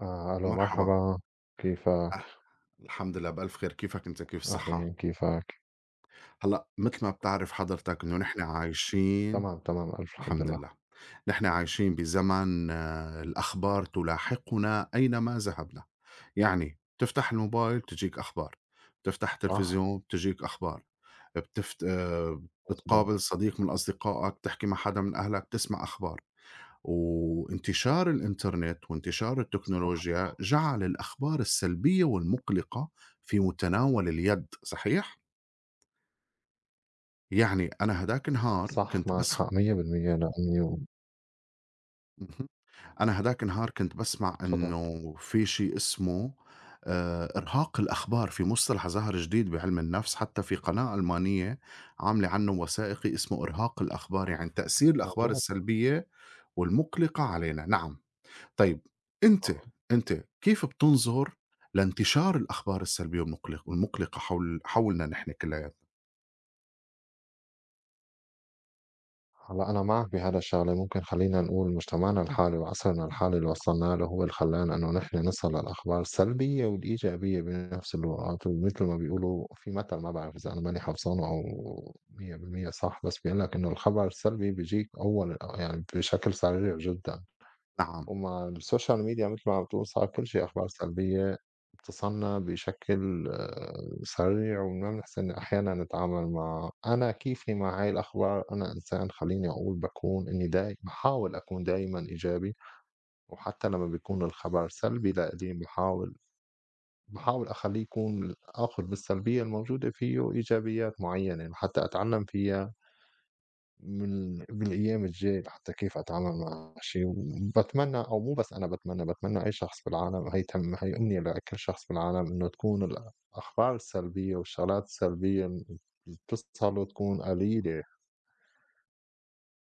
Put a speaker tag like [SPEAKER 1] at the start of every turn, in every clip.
[SPEAKER 1] آه، ألو
[SPEAKER 2] مرحبا،
[SPEAKER 1] مرحبا.
[SPEAKER 2] أه
[SPEAKER 1] كيفك؟
[SPEAKER 2] الحمد لله بألف خير، كيفك أنت كيف الصحة؟
[SPEAKER 1] أهلين كيفك؟
[SPEAKER 2] هلأ متل ما بتعرف حضرتك إنه نحن عايشين
[SPEAKER 1] تمام تمام، ألف الحمد
[SPEAKER 2] الحمد
[SPEAKER 1] لله.
[SPEAKER 2] لله، نحن عايشين بزمن الأخبار تلاحقنا أينما ذهبنا، يعني بتفتح الموبايل بتجيك أخبار، بتفتح
[SPEAKER 1] صح؟
[SPEAKER 2] التلفزيون بتجيك أخبار، بتفت
[SPEAKER 1] مضبوط.
[SPEAKER 2] بتقابل صديق من أصدقائك، بتحكي مع حدا من أهلك بتسمع أخبار. وانتشار الإنترنت وانتشار
[SPEAKER 1] صح،
[SPEAKER 2] التكنولوجيا جعل الأخبار السلبية والمقلقة في متناول اليد، صحيح؟ يعني أنا هداك النهار
[SPEAKER 1] صح،
[SPEAKER 2] كنت
[SPEAKER 1] معك
[SPEAKER 2] بس
[SPEAKER 1] حق 100%، لأني...
[SPEAKER 2] اهم، أنا هداك النهار كنت باسمع
[SPEAKER 1] تفضل.
[SPEAKER 2] إنه في شيء اسمه إرهاق الأخبار، في مصطلح ظهر جديد بعلم النفس حتى في قناة ألمانية عاملة عنه وثائقي اسمه إرهاق الأخبار، يعني تأثير
[SPEAKER 1] عن
[SPEAKER 2] الأخبار
[SPEAKER 1] جد.
[SPEAKER 2] السلبية والمقلقة علينا، نعم. طيب أنتِ،
[SPEAKER 1] آه.
[SPEAKER 2] أنتِ كيف بتنظر لانتشار الأخبار السلبية والمقلقة حولنا نحن كلّياتنا؟
[SPEAKER 1] هلا، أنا معك بهذا الشغلة. ممكن خلينا نقول مجتمعنا الحالي وعصرنا الحالي اللي وصلنا له هو اللي خلانا إنه نحن نصل للأخبار السلبية والإيجابية بنفس الوقت، ومثل ما بيقولوا، في مثل، ما بعرف إذا أنا ماني حافظانه أو... 100% صح. بس بيقول لك إنه الخبر السلبي بيجيك أول، يعني بشكل سريع جدا،
[SPEAKER 2] نعم،
[SPEAKER 1] ومع السوشيال ميديا مثل ما عم تقول صار كل شي أخبار سلبية بتصلنا بشكل سريع، وما بنحسن أحيانًا نتعامل معها. أنا كيفي مع هاي الأخبار، أنا إنسان خلّيني أقول باكون إني داي باحاول أكون دايمًا إيجابي. وحتى لمّا بيكون الخبر سلبي لإلي، باحاول أخلّيه يكون آخُذ بالسلبية الموجودة فيه إيجابيات معيّنة لحتى أتعلم فيها من بالأيام الجاية، حتى كيف أتعامل مع هالشي. وباتمنى، أو مو بس أنا باتمنى أي شخص بالعالم، هي أمنية لكل شخص بالعالم إنه تكون الأخبار السلبية والشغلات السلبية اللي بتوصل وتكون قليلة.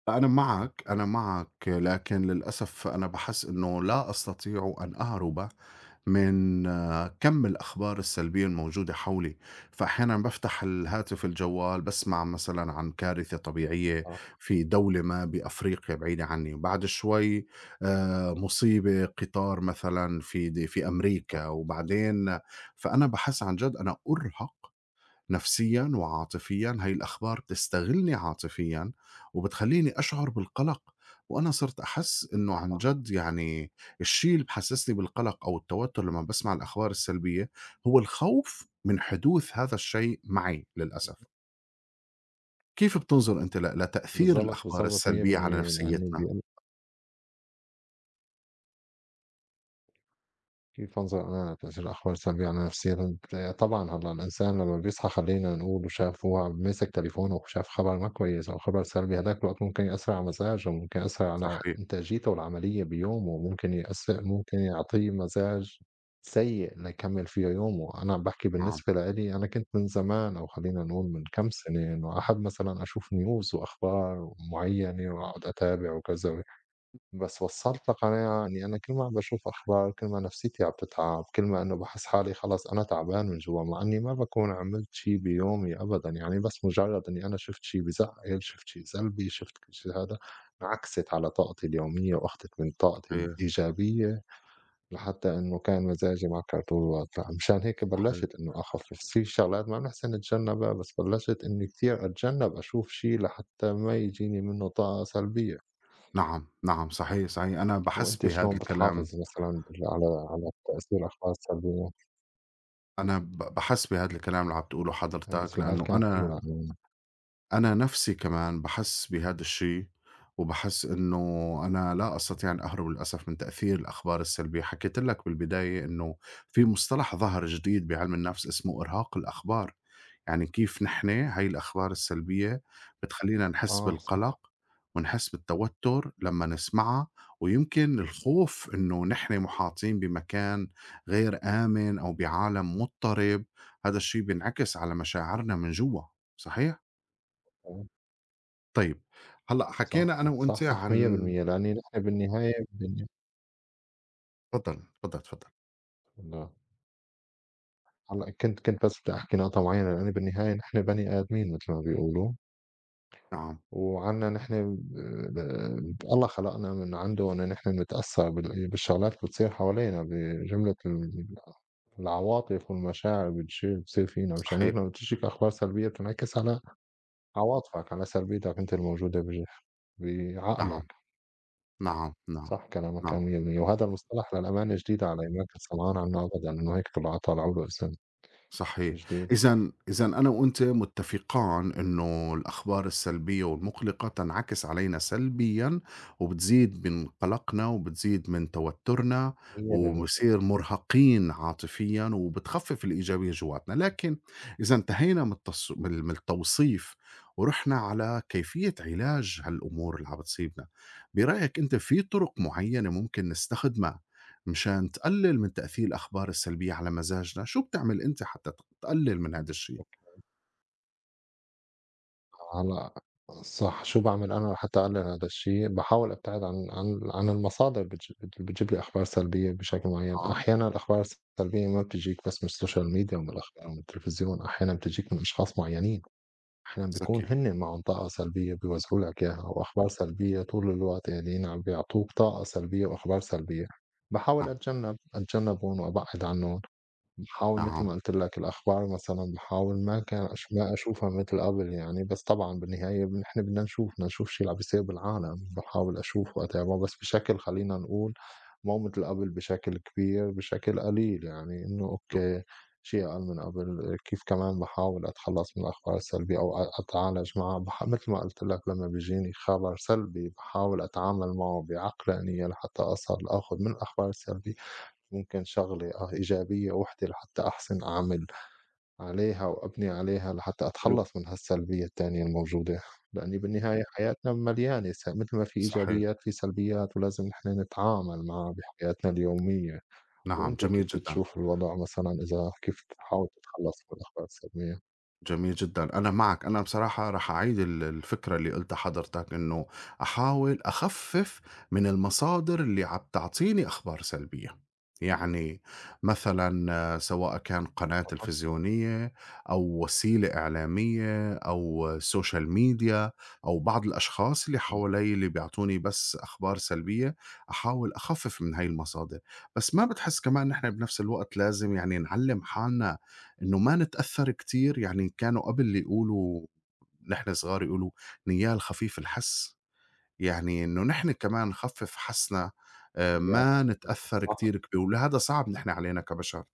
[SPEAKER 2] فأنا معك، أنا معك، لكن للأسف أنا باحس إنه لا أستطيع أن أهرب من كم الأخبار السلبية الموجودة حولي فأحيانا بفتح الهاتف الجوال بسمع مثلا عن كارثة طبيعية
[SPEAKER 1] آه،
[SPEAKER 2] في دولة ما بأفريقيا بعيدة عني بعد شوي، مصيبة قطار مثلا في
[SPEAKER 1] آه،
[SPEAKER 2] أمريكا وبعدين فأنا بحس عن جد أنا أرهق نفسيًا وعاطفيًا، هاي الأخبار بتستغلني عاطفيًا وبتخلّيني أشعُر بالقلق، وأنا صرت أحس إنه عن جد يعني الشي اللي بحسّسني بالقلق أو التوتُّر لمّا باسمع الأخبار السلبية هو الخوف من حدوث هذا الشيء معي للأسف. كيف بتنظُر أنتِ لتأثير
[SPEAKER 1] بالضبط،
[SPEAKER 2] الأخبار
[SPEAKER 1] بالضبط،
[SPEAKER 2] السلبية على
[SPEAKER 1] 100% لإني
[SPEAKER 2] نفسيّتنا؟
[SPEAKER 1] كيف أنظر أنا لتأثير الأخبار السلبية على نفسيتنا؟ طبعًا هلأ الإنسان لمّا بيصحى، خلّينا نقول، وشاف هو عم ماسك تليفونه وشاف خبر ما كويس أو خبر سلبي، هداك الوقت ممكن يأثّر على مزاجه، وممكن يأثّر على
[SPEAKER 2] صحيح،
[SPEAKER 1] إنتاجيته العملية بيومه، ممكن يأثّر، ممكن يعطيه مزاج سيء ليكمّل فيه يومه. أنا عم باحكي
[SPEAKER 2] نعم،
[SPEAKER 1] بالنسبة لإلي، أنا كنت من زمان أو خلّينا نقول من كام سنة إنه أحب مثلًا أشوف news وأخبار معيّنة وأقعد أتابع وكذا. بس وصلت لقناعة إني أنا كل ما عم باشوف أخبار كل ما نفسيتي عم تتعب، كل ما إنه باحس حالي خلص أنا تعبان من جوا، مع إني ما باكون عملت شي بيومي أبدًا. يعني بس مجرد إني أنا شُفت شي بازعل، شُفت شي سلبي، شُفت كل شي هذا، انعكست على طاقتي اليومية وأخدت من طاقتي
[SPEAKER 2] صحيح،
[SPEAKER 1] الإيجابية، لحتى إنه كان مزاجي معكر طول الوقت. فمشان هيك
[SPEAKER 2] صحيح،
[SPEAKER 1] بلشت إنه أخفف، في شغلات ما بنحسن نتجنبها بس بلشت إني كتير أتجنب أشوف شي لحتى ما يجيني منه طاقة سلبية.
[SPEAKER 2] نعم، نعم، صحيح، صحيح، أنا باحس
[SPEAKER 1] وأنتِ
[SPEAKER 2] بهاد
[SPEAKER 1] شلون
[SPEAKER 2] الكلام،
[SPEAKER 1] بتحافظي مثلًا بال على على تأثير الأخبار السلبية؟
[SPEAKER 2] أنا باحس بهاد الكلام اللي عم تقوله
[SPEAKER 1] يعني
[SPEAKER 2] حضرتك،
[SPEAKER 1] سؤال
[SPEAKER 2] لإنه
[SPEAKER 1] كان حلو لأنه...
[SPEAKER 2] أنا نفسي كمان باحس بهذا الشي، وباحس إنه أنا لا أستطيع أن أهرب للأسف من تأثير الأخبار السلبية، حكيت لك بالبداية إنه في مصطلح ظهر جديد بعلم النفس اسمه إرهاق الأخبار، يعني كيف نحن هاي الأخبار السلبية بتخلّينا نحس
[SPEAKER 1] آه صح.
[SPEAKER 2] بالقلق ونحس بالتوتر لمّا نسمعها، ويمكن الخوف إنه نحن محاطين بمكان غير آمن أو بعالم مضطرب، هذا الشي بينعكس على مشاعرنا من جوا، صحيح؟
[SPEAKER 1] تمام.
[SPEAKER 2] طيب، هلّأ حكينا أنا
[SPEAKER 1] صح،
[SPEAKER 2] وأنتِ
[SPEAKER 1] صح، صح،
[SPEAKER 2] عن
[SPEAKER 1] 100% لأني نحن بالنهاية بدنا...
[SPEAKER 2] اتفضّل، اتفضّل، اتفضّل.
[SPEAKER 1] هلأ كنت بس بدي أحكي نقطة معينة، لأني بالنهاية نحن بني آدمين مثل ما بيقولوا.
[SPEAKER 2] نعم،
[SPEAKER 1] وعنا نحن ب ب الله خلقنا من عنده إنه نحن نتأثر بالشغلات اللي بتصير حوالينا، بجملة ال العواطف والمشاعر بتشيل بتصير فينا. مشان هيك
[SPEAKER 2] صحيح،
[SPEAKER 1] لمّا بتجيك أخبار سلبية بتنعكس على عواطفك، على سلبيتك أنت الموجودة بعقلك.
[SPEAKER 2] نعم، نعم، نعم،
[SPEAKER 1] صح كلامك
[SPEAKER 2] نعم.
[SPEAKER 1] كان 100%. وهذا المصطلح للأمانة جديد علي، ما كنت سمعان عنه أبدًا، إنه هيك طلعوا له اسم. شي
[SPEAKER 2] صحيح.
[SPEAKER 1] جديد.
[SPEAKER 2] إذًا أنا وأنتِ متّفقان إنه الأخبار السلبية والمُقلِقة تنعكس علينا سلبيًا وبتزيد من قلقنا وبتزيد من توتُّرنا
[SPEAKER 1] 100%.
[SPEAKER 2] وبنصير مُرهقين عاطفيًا وبتخفِّف الإيجابية جوّاتنا، لكن إذا انتهينا من التص من من التوصيف ورُحنا على كيفية علاج هالأمور اللي عم بتصيبنا، برأيك أنت في طُرق معيّنة ممكن نستخدمها مشان تقلل من تأثير الأخبار السلبية على مزاجنا، شو بتعمل أنت حتى تقلل من هيدا الشي؟
[SPEAKER 1] هلأ صح. شو باعمل أنا لحتى أقلل هذا الشي؟ باحاول أبتعد عن المصادر اللي بتجيب لي أخبار سلبية بشكل معين.
[SPEAKER 2] آه،
[SPEAKER 1] أحيانًا الأخبار السلبية ما بتجيك بس من السوشيال ميديا ومن الأخبار ومن التلفزيون، أحيانًا بتجيك من أشخاص معينين. إحنا بيكون
[SPEAKER 2] ذكي،
[SPEAKER 1] هن معاهم طاقة سلبية بيوزعوا لك إياها وأخبار سلبية طول الوقت قاعدين عم بيعطوك طاقة سلبية وأخبار سلبية. بحاول
[SPEAKER 2] نعم،
[SPEAKER 1] أتجنبهم وأبعد عنهم. باحاول متل
[SPEAKER 2] نعم،
[SPEAKER 1] ما قُلت لك، الأخبار مثلًا باحاول ما أشوفها متل قبل يعني. بس طبعًا بالنهاية نحن بدنا نشوف، بدنا نشوف شو اللي عم بيصير بالعالم. باحاول أشوف وأتابعه بس بشكل، خلّينا نقول، مو متل قبل بشكل كبير، بشكل قليل، يعني إنه
[SPEAKER 2] حلو،
[SPEAKER 1] أوكي، شي أقل من قبل. كيف كمان باحاول أتخلّص من الأخبار السلبية أو أتعالج معها؟ متل ما قُلت لك لمّا بيجيني خبر سلبي باحاول أتعامل معه بعقلانية، لحتى أصل آخُد من الأخبار السلبية ممكن شغلة آه إيجابية وحدة لحتى أحسن أعمل عليها وأبني عليها لحتى
[SPEAKER 2] حلو،
[SPEAKER 1] أتخلّص من هالسلبية التانية الموجودة. لإني بالنهاية حياتنا مليانة، متل ما في
[SPEAKER 2] صحيح،
[SPEAKER 1] إيجابيات في سلبيات، ولازم نحن نتعامل معها بحياتنا اليومية.
[SPEAKER 2] نعم،
[SPEAKER 1] وأنت
[SPEAKER 2] جميل
[SPEAKER 1] كيف
[SPEAKER 2] جدًا.
[SPEAKER 1] بتشوف الوضع مثلًا، إذا كيف بتحاول تتخلّص من الأخبار السلبية؟
[SPEAKER 2] جميل جدًا، أنا معك، أنا بصراحة رح أعيد الفكرة اللي قُلتها حضرتك إنه أحاول أخفِّف من المصادر اللي عم تعطيني أخبار سلبية، يعني مثلًا، سواء كان قناة
[SPEAKER 1] آه.
[SPEAKER 2] تلفزيونية أو وسيلة إعلامية أو social media أو بعض الأشخاص اللي
[SPEAKER 1] أماكن.
[SPEAKER 2] حواليّ اللي بيعطوني بس أخبار سلبية، أحاول أخفِّف من هاي المصادر، بس ما بتحس كمان نحن بنفس الوقت لازم يعني نعلِّم حالنا إنه ما نتأثّر كتير، يعني كانوا قبل يقولوا نحن صغار يقولوا: "نيّال خفيف الحَس." يعني إنه نحن كمان نخفِّف حَسنا
[SPEAKER 1] يا
[SPEAKER 2] ما
[SPEAKER 1] أخي،
[SPEAKER 2] نتأثّر
[SPEAKER 1] صح؟
[SPEAKER 2] كتير ولهذا صعب نحن علينا كبشر.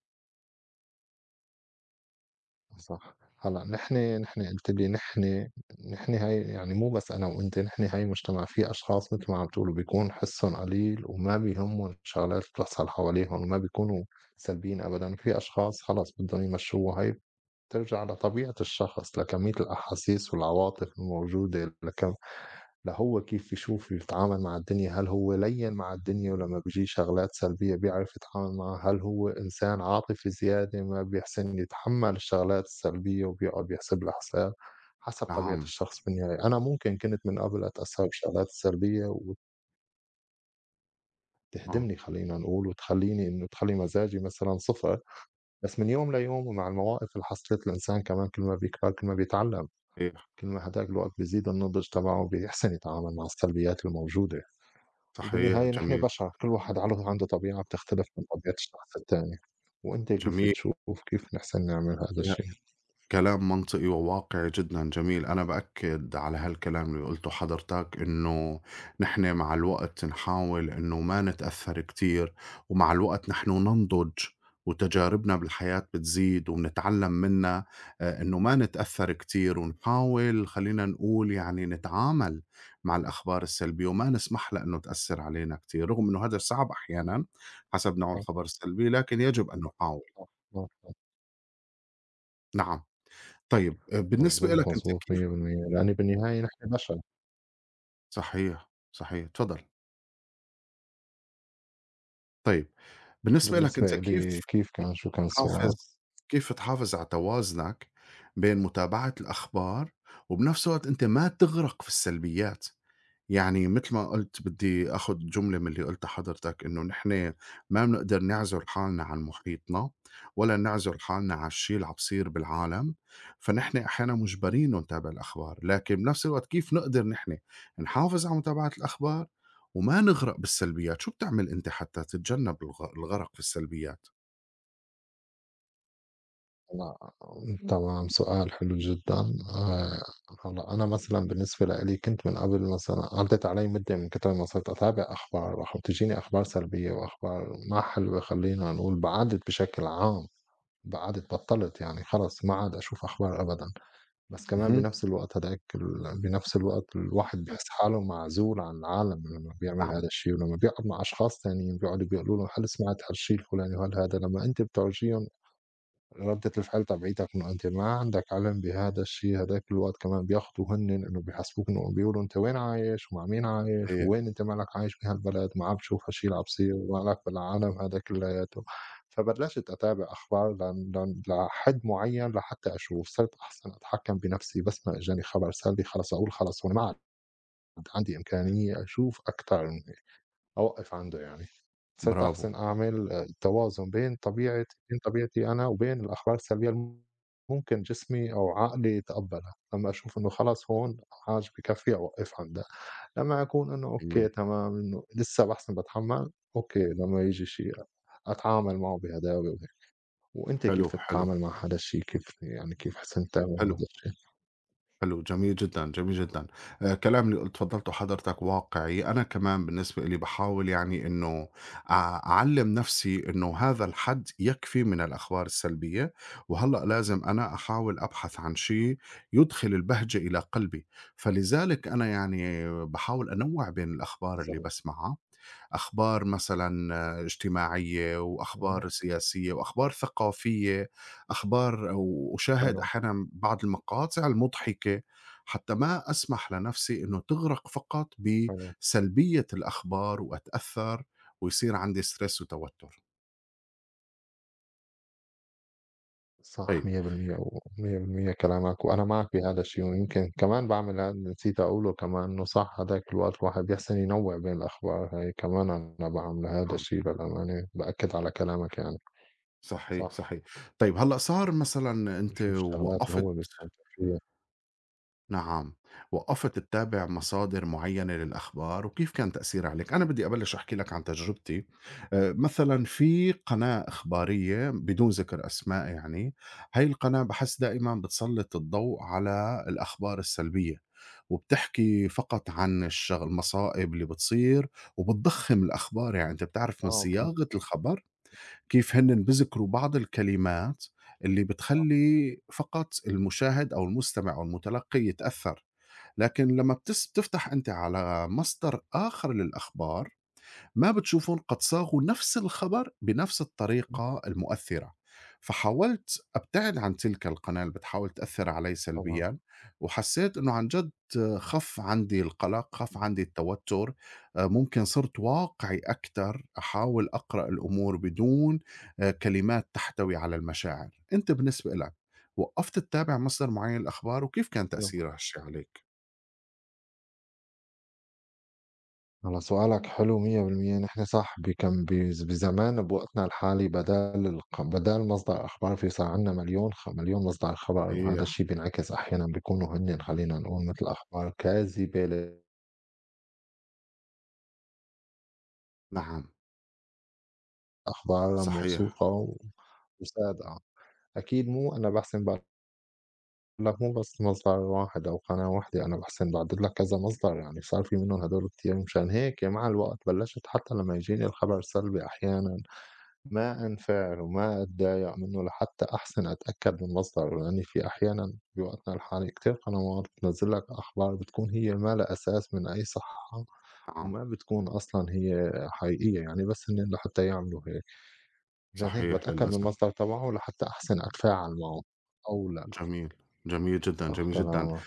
[SPEAKER 1] صح. هلأ نحن قُلتِ لي نحن، نحن هاي يعني مو بس أنا وأنتِ. نحن هاي مجتمع فيه أشخاص متل ما عم تقولوا بيكون حسّن قليل وما بيهمّن الشغلات اللي بتحصل حواليهم وما بيكونوا سلبيين أبدًا. وفي أشخاص خلص بدّهم يمشّوها هاي. بترجع لطبيعة الشخص، لكمية الأحاسيس والعواطف الموجودة لكم. لا، هو كيف يشوف يتعامل مع الدنيا، هل هو لين مع الدنيا ولما بيجيه شغلات سلبية بيعرف يتعامل معها، هل هو إنسان عاطفي زيادة ما بيحسن يتحمل الشغلات السلبية وبيقعد بيحسب لها حساب. حسب طبيعة
[SPEAKER 2] نعم،
[SPEAKER 1] الشخص. بالنهاية أنا ممكن كنت من قبل أتأثر بالشغلات السلبية
[SPEAKER 2] آه
[SPEAKER 1] وتهدمني، خلينا نقول، وتخليني إنه تخلي مزاجي مثلا صفر. بس من يوم ليوم ومع المواقف اللي حصلت، الإنسان كمان كل ما بيكبر كل ما بيتعلم،
[SPEAKER 2] صحيح،
[SPEAKER 1] كل ما هداك الوقت بيزيد النضج تبعه بيحسن يتعامل مع السلبيات الموجودة.
[SPEAKER 2] صحيح،
[SPEAKER 1] وبالنهاية نحن
[SPEAKER 2] جميل،
[SPEAKER 1] بشر، كل واحد عنده طبيعة بتختلف من طبيعة الشخص التاني. وأنت كيف
[SPEAKER 2] جميل.
[SPEAKER 1] تشوف كيف نحسن نعمل هذا الشيء؟
[SPEAKER 2] كلام منطقي وواقعي جدًا، جميل، أنا بأكد على هالكلام اللي قُلته حضرتك إنه نحن مع الوقت نحاول إنه ما نتأثّر كتير، ومع الوقت نحن ننضج وتجاربنا بالحياة بتزيد وبنتعلّم منّا إنه ما نتأثّر كتير ونحاول خلّينا نقول يعني نتعامل مع الأخبار السلبية وما نسمح لها إنه تأثّر علينا كتير، رغم إنه هذا صعب أحيانًا حسب نوع
[SPEAKER 1] صح،
[SPEAKER 2] الخبر السلبي، لكن يجب أن نحاول،
[SPEAKER 1] صح، صح، صح.
[SPEAKER 2] نعم. طيب، بالنسبة
[SPEAKER 1] مضبوط،
[SPEAKER 2] إلك أنت
[SPEAKER 1] مضبوط،
[SPEAKER 2] كيف
[SPEAKER 1] 100% لأني بالنهاية نحن بشر.
[SPEAKER 2] صحيح، صحيح، اتفضل. طيب، بالنسبة لك أنت
[SPEAKER 1] بالنسبة
[SPEAKER 2] كيف
[SPEAKER 1] إلي كيف كان، شو كان
[SPEAKER 2] تحافظ
[SPEAKER 1] السؤال؟
[SPEAKER 2] تحافظ على توازنك بين متابعة الأخبار وبنفس الوقت أنت ما تغرق في السلبيات، يعني مثل ما قلت بدي أخذ جملة من اللي قلتها حضرتك إنه نحن ما بنقدر نعزل حالنا عن محيطنا ولا نعزل حالنا عن الشيء اللي عم بصير بالعالم فنحن أحيانا مجبرين نتابع الأخبار لكن بنفس الوقت كيف نقدر نحن نحافظ على متابعة الأخبار وما نغرق بالسلبيات، شو بتعمل أنت حتى تتجنب الغرق في السلبيات؟
[SPEAKER 1] هلأ تمام، سؤال حلو جدًا. آآ هلأ أنا مثلًا بالنسبة لإلي كنت من قبل مثلًا عدت علي مدة من كتر ما صرت أتابع أخبار وتجيني أخبار سلبية وأخبار ما حلوة، خلّينا نقول، بعدت بشكل عام. قعدِت بطّلِت يعني خلاص ما عاد أشوف أخبار أبدًا. بس كمان
[SPEAKER 2] مهم.
[SPEAKER 1] بنفس الوقت هاداك ال بنفس الوقت الواحد بيحس حاله معزول عن العالم لمّا بيعمل
[SPEAKER 2] نعم
[SPEAKER 1] هادا الشي. ولمّا بيقعد مع أشخاص تانيين بيقعدوا بيقولوا له هل سمعت هالشي الفلاني وهل هذا، لمّا أنت بتورجيهم ردة الفعل تبعيتك إنه أنت ما عندك علم بهذا الشيء، هداك الوقت كمان بياخدوا هن إنه بيحاسبوك، إنه بيقولوا أنت وين عايش ومع مين عايش،
[SPEAKER 2] صحيح،
[SPEAKER 1] وين أنت، مالك عايش بهالبلد، ما عم بتشوف هالشيء اللي عم بصير، ومالك بالعالم هذا كلياته. فبلشت أتابع أخبار لحد معين لحتى أشوف صرت أحسن أتحكم بنفسي. بس ما إجاني خبر سلبي خلص أقول خلص، وأنا ما عاد عندي إمكانية أشوف أكثر من... أوقّف عنده يعني. صرت
[SPEAKER 2] برافو،
[SPEAKER 1] أحسن أعمل توازن بين طبيعتي أنا وبين الأخبار السلبية اللي ممكن جسمي أو عقلي يتقبّلها. لمّا أشوف إنه خلص هون حاج بكفّي، أوقّف عندها. لمّا أكون إنه
[SPEAKER 2] إمم،
[SPEAKER 1] أوكي تمام إنه لسّه باحسن باتحمّل، أوكي. لمّا ييجي شي أتعامل معه بهداوة وهيك. وأنت
[SPEAKER 2] حلو،
[SPEAKER 1] كيف
[SPEAKER 2] حلو،
[SPEAKER 1] بتتعامل مع هذا الشي؟ كيف يعني كيف حسنت تعمل
[SPEAKER 2] حلو،
[SPEAKER 1] هذا الشي؟
[SPEAKER 2] حلو، جميل جدًا، جميل جدًا، كلام اللي قلت فضّلته حضرتك واقعي، أنا كمان بالنسبة إلي باحاول يعني إنه أعلّم نفسي إنه هذا الحد يكفي من الأخبار السلبية، وهلّأ لازم أنا أحاول أبحث عن شيء يُدخل البهجة إلى قلبي، فلذلك أنا يعني باحاول أنوّع بين الأخبار اللي
[SPEAKER 1] بالضبط.
[SPEAKER 2] باسمعها. أخبار مثلًا اجتماعية
[SPEAKER 1] إمم.
[SPEAKER 2] وأخبار سياسية وأخبار ثقافية، أخبار وأشاهد
[SPEAKER 1] حلو،
[SPEAKER 2] أحيانًا بعض المقاطع المضحكة حتى ما أسمح لنفسي إنه تغرق فقط
[SPEAKER 1] حلو.
[SPEAKER 2] بسلبية الأخبار وأتأثّر ويصير عندي stress وتوتر.
[SPEAKER 1] صح
[SPEAKER 2] طيب،
[SPEAKER 1] 100% و100% كلامك، وأنا معك بهذا الشيء. ويمكن كمان بعمل هذا اللي نسيت أقوله كمان، إنه صح هذاك الوقت الواحد يحسن ينوع بين الأخبار هاي كمان. أنا بعمل هذا
[SPEAKER 2] آه،
[SPEAKER 1] الشيء للأمانة، بأكد على كلامك يعني.
[SPEAKER 2] صحيح،
[SPEAKER 1] صح.
[SPEAKER 2] صحيح. طيب هلأ صار مثلًا أنتِ
[SPEAKER 1] بشوف الشغلات اللي
[SPEAKER 2] وقّفت،
[SPEAKER 1] هو بيستمتع فيها.
[SPEAKER 2] نعم، وقفت تتابع مصادر معينة للأخبار وكيف كان تأثير عليك؟ أنا بدي أبلش أحكي لك عن تجربتي. مثلا في قناة إخبارية بدون ذكر أسماء يعني هاي القناة بحس دائما بتسلط الضوء على الأخبار السلبية وبتحكي فقط عن الشغل المصائب اللي بتصير وبتضخم الأخبار، يعني أنت بتعرف من
[SPEAKER 1] آه أوكي.
[SPEAKER 2] صياغة الخبر كيف هن بذكروا بعض الكلمات اللي بتخلي فقط المشاهد أو المستمع أو المتلقي يتأثر، لكن لمّا بتفتح أنت على مصدر آخر للأخبار، ما بتشوفهم قد صاغوا نفس الخبر بنفس الطريقة المؤثرة، فحاولت أبتعد عن تلك القناة اللي بتحاول تأثّر علي
[SPEAKER 1] طبعا
[SPEAKER 2] سلبيًا، وحسّيت إنه عن جد خَف عندي القلق، خَف عندي التوتر، ممكن صرت واقعي أكتر، أحاول أقرأ الأمور بدون كلمات تحتوي على المشاعر، أنت بالنسبة إلك وقّفت تتابع مصدر معيّن للأخبار وكيف كان تأثير هالشي عليك؟
[SPEAKER 1] على سؤالك حلو. 100% نحن صح، بكم بزمان، بوقتنا الحالي، بدال بدال مصدر أخبار، في صار عندنا مليون مليون مصدر خبر. وهذا
[SPEAKER 2] إيه،
[SPEAKER 1] الشيء بينعكس أحيانا، بيكونوا هن، خلينا نقول، مثل أخبار كاذبة،
[SPEAKER 2] نعم،
[SPEAKER 1] أخبار
[SPEAKER 2] صحيح،
[SPEAKER 1] موثوقة وصادقة. أكيد مو أنا بحسن بقول لك مو بس مصدر واحد أو قناة واحدة، أنا بحسن بعدد لك كذا مصدر. يعني صار في منهم هدول كتير. مشان هيك مع الوقت بلشت حتى لما يجيني الخبر سلبي أحيانا ما أنفعل وما أتضايق منّه لحتّى أحسن أتأكّد من مصدره. لإنّي في أحيانًا بوقتنا الحالي كتير قنوات بتنزّل لك أخبار بتكون هي ما لها أساس من أي صحّة،
[SPEAKER 2] نعم،
[SPEAKER 1] وما بتكون أصلًا هي حقيقية يعني، بس هنّن لحتّى يعملوا هيك. مشان هيك
[SPEAKER 2] صحيح
[SPEAKER 1] باتأكّد من
[SPEAKER 2] للأسف،
[SPEAKER 1] المصدر تبعه لحتّى أحسن أتفاعل معه أو لأ.
[SPEAKER 2] جميل، جميل جدًا،
[SPEAKER 1] صح
[SPEAKER 2] جميل جدًا.
[SPEAKER 1] كلامك.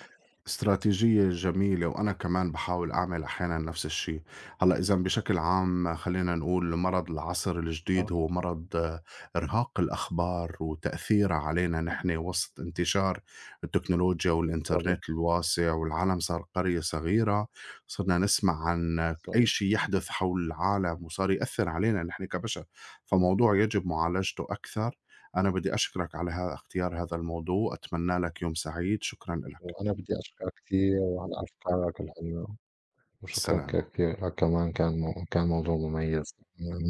[SPEAKER 2] استراتيجية جميلة وأنا كمان بحاول أعمل أحيانا نفس الشيء. هلأ إذا بشكل عام خلينا نقول مرض العصر
[SPEAKER 1] صح.
[SPEAKER 2] الجديد هو مرض إرهاق الأخبار وتأثيرها علينا نحن وسط انتشار التكنولوجيا
[SPEAKER 1] بالضبط،
[SPEAKER 2] والإنترنت الواسع، والعالم صار قرية صغيرة، صرنا نسمع عن أي
[SPEAKER 1] بالضبط.
[SPEAKER 2] شيء يحدث حول العالم وصار يأثر علينا نحن كبشر، فموضوع يجب معالجته أكثر. أنا بدي أشكرك على اختيار هذا الموضوع، أتمنى لك يوم سعيد، شكرا لك.
[SPEAKER 1] وأنا بدي أشكرك كتير على أفكارك الحلوة، وشكرًا
[SPEAKER 2] السلام.
[SPEAKER 1] كتير لك كمان. كان، مو، كان موضوع مميز.